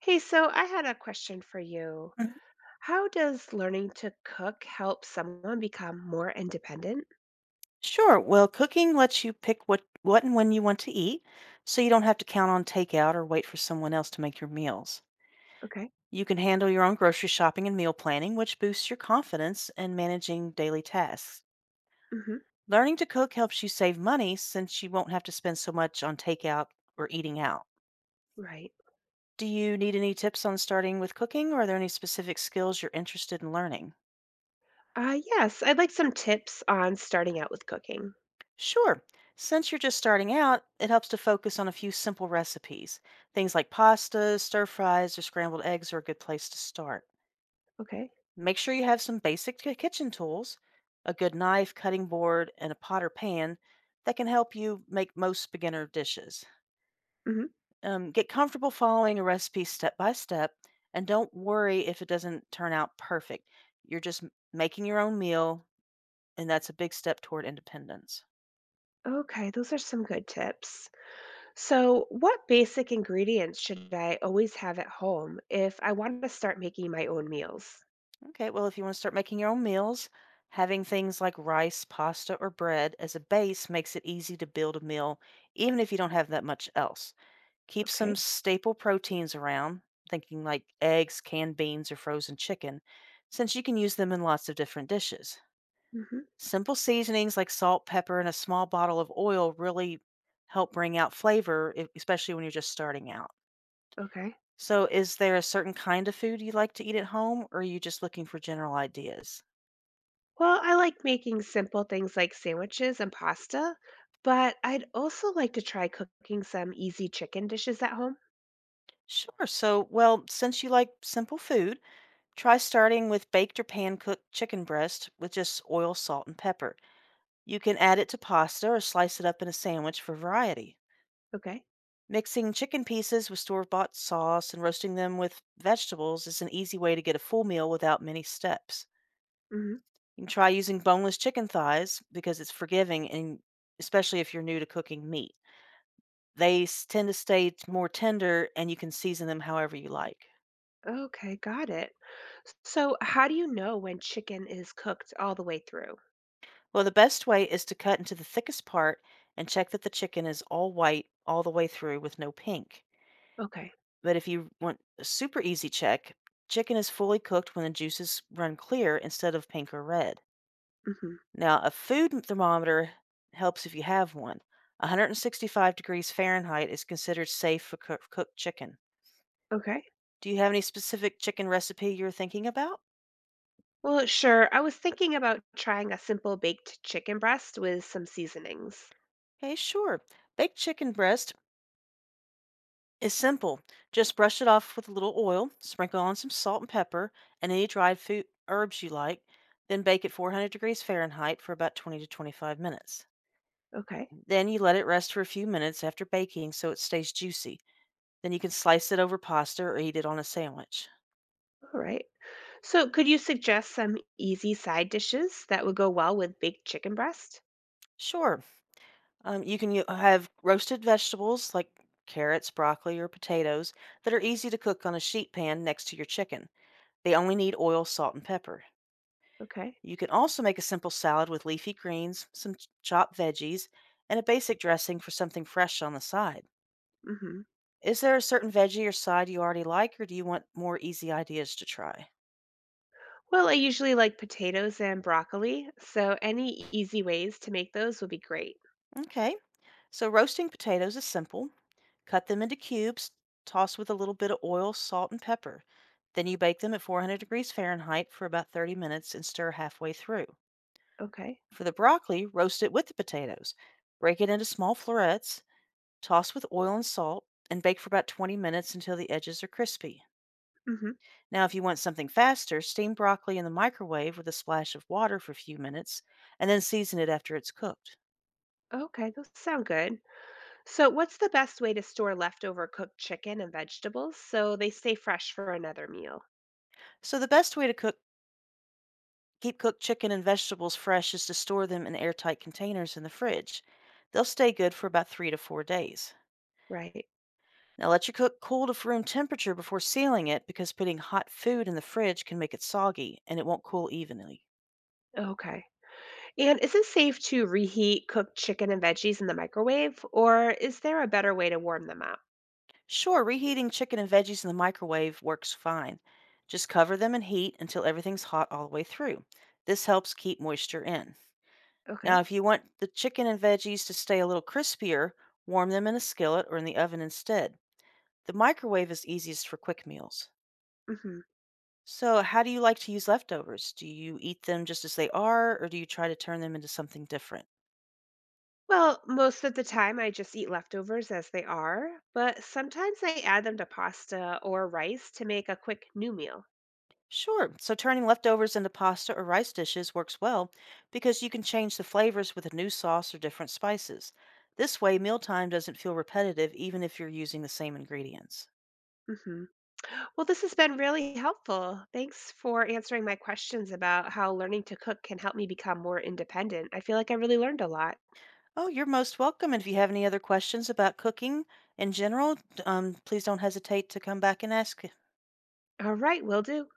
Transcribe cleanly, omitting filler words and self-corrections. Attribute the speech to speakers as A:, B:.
A: Hey, so I had a question for you.
B: Mhm.
A: How does learning to cook help someone become more independent?
B: Sure. Well, cooking lets you pick what and when you want to eat, so you don't have to count on takeout or wait for someone else to make your meals.
A: Okay.
B: You can handle your own grocery shopping and meal planning, which boosts your confidence in managing daily tasks.
A: Hmm.
B: Learning to cook helps you save money since you won't have to spend so much on takeout or eating out.
A: Right.
B: Do you need any tips on starting with cooking, or are there any specific skills you're interested in learning?
A: Yes, I'd like some tips on starting out with cooking.
B: Sure. Since you're just starting out, it helps to focus on a few simple recipes. Things like pastas, stir fries, or scrambled eggs are a good place to start.
A: Okay.
B: Make sure you have some basic kitchen tools, a good knife, cutting board, and a pot or pan that can help you make most beginner dishes.
A: Hmm.
B: Get comfortable following a recipe step by step, and don't worry if it doesn't turn out perfect. You're just making your own meal, and that's a big step toward independence.
A: Okay, those are some good tips. So, what basic ingredients should I always have at home if I want to start making my own meals?
B: Okay, well, if you want to start making your own meals, having things like rice, pasta, or bread as a base makes it easy to build a meal, even if you don't have that much else. Keep some
A: Okay.
B: staple proteins around, thinking like eggs, canned beans, or frozen chicken, since you can use them in lots of different dishes.
A: Hmm.
B: Simple seasonings like salt, pepper, and a small bottle of oil really help bring out flavor, especially when you're just starting out.
A: Okay.
B: So, is there a certain kind of food you like to eat at home, or are you just looking for general ideas?
A: Well, I like making simple things like sandwiches and pasta, but I'd also like to try cooking some easy chicken dishes at home.
B: Sure. So, well, since you like simple food, try starting with baked or pan cooked chicken breast with just oil, salt, and pepper. You can add it to pasta or slice it up in a sandwich for variety.
A: Okay.
B: Mixing chicken pieces with store bought sauce and roasting them with vegetables is an easy way to get a full meal without many steps.
A: Hmm.
B: You can try using boneless chicken thighs because it's forgiving and especially if you're new to cooking meat. Tend to stay more tender and you can season them however you like.
A: Okay, got it. So, how do you know when chicken is cooked all the way through?
B: Well, the best way is to cut into the thickest part and check that the chicken is all white all the way through with no pink.
A: Okay.
B: But if you want a super easy check, chicken is fully cooked when the juices run clear instead of pink or red.
A: Hmm.
B: Now, a food thermometer helps if you have one. 165 degrees Fahrenheit is considered safe for cooked chicken.
A: Okay.
B: Do you have any specific chicken recipe you're thinking about?
A: Well, sure. I was thinking about trying a simple baked chicken breast with some seasonings.
B: Okay, sure. Baked chicken breast. It's simple. Just brush it off with a little oil, sprinkle on some salt and pepper, and any dried food herbs you like. Then bake at 400 degrees Fahrenheit for about 20 to 25 minutes.
A: Okay.
B: Then you let it rest for a few minutes after baking so it stays juicy. Then you can slice it over pasta or eat it on a sandwich.
A: All right. So, could you suggest some easy side dishes that would go well with baked chicken breast?
B: Sure, you can have roasted vegetables like carrots, broccoli, or potatoes that are easy to cook on a sheet pan next to your chicken. They only need oil, salt, and pepper.
A: Okay.
B: You can also make a simple salad with leafy greens, some chopped veggies, and a basic dressing for something fresh on the side.
A: Hmm.
B: Is there a certain veggie or side you already like, or do you want more easy ideas to try?
A: Well, I usually like potatoes and broccoli, so any easy ways to make those would be great.
B: Okay, so roasting potatoes is simple. Cut them into cubes, toss with a little bit of oil, salt, and pepper. Then you bake them at 400 degrees Fahrenheit for about 30 minutes and stir halfway through.
A: Okay.
B: For the broccoli, roast it with the potatoes. Break it into small florets. Toss with oil and salt and bake for about 20 minutes until the edges are crispy.
A: Mhm.
B: Now, if you want something faster, steam broccoli in the microwave with a splash of water for a few minutes and then season it after it's cooked.
A: Okay, those sound good. So, what's the best way to store leftover cooked chicken and vegetables so they stay fresh for another meal?
B: So, the best way to cook keep cooked chicken and vegetables fresh is to store them in airtight containers in the fridge. They'll stay good for about 3 to 4 days.
A: Right.
B: Now, let your cook cool to room temperature before sealing it because putting hot food in the fridge can make it soggy and it won't cool evenly.
A: Okay. And is it safe to reheat cooked chicken and veggies in the microwave, or is there a better way to warm them up?
B: Sure, reheating chicken and veggies in the microwave works fine. Just cover them in heat until everything's hot all the way through. This helps keep moisture in. Now,
A: Okay.
B: if you want the chicken and veggies to stay a little crispier, warm them in a skillet or in the oven instead. The microwave is easiest for quick meals.
A: Mhm.
B: So, how do you like to use leftovers? Do you eat them just as they are, or do you try to turn them into something different?
A: Well, most of the time I just eat leftovers as they are, but sometimes I add them to pasta or rice to make a quick new meal.
B: Sure. So turning leftovers into pasta or rice dishes works well because you can change the flavors with a new sauce or different spices. This way, mealtime doesn't feel repetitive even if you're using the same ingredients.
A: Hmm. Well, this has been really helpful. Thanks for answering my questions about how learning to cook can help me become more independent. I feel like I really learned a lot.
B: Oh, you're most welcome. And if you have any other questions about cooking in general, please don't hesitate to come back and ask.
A: All right, will do.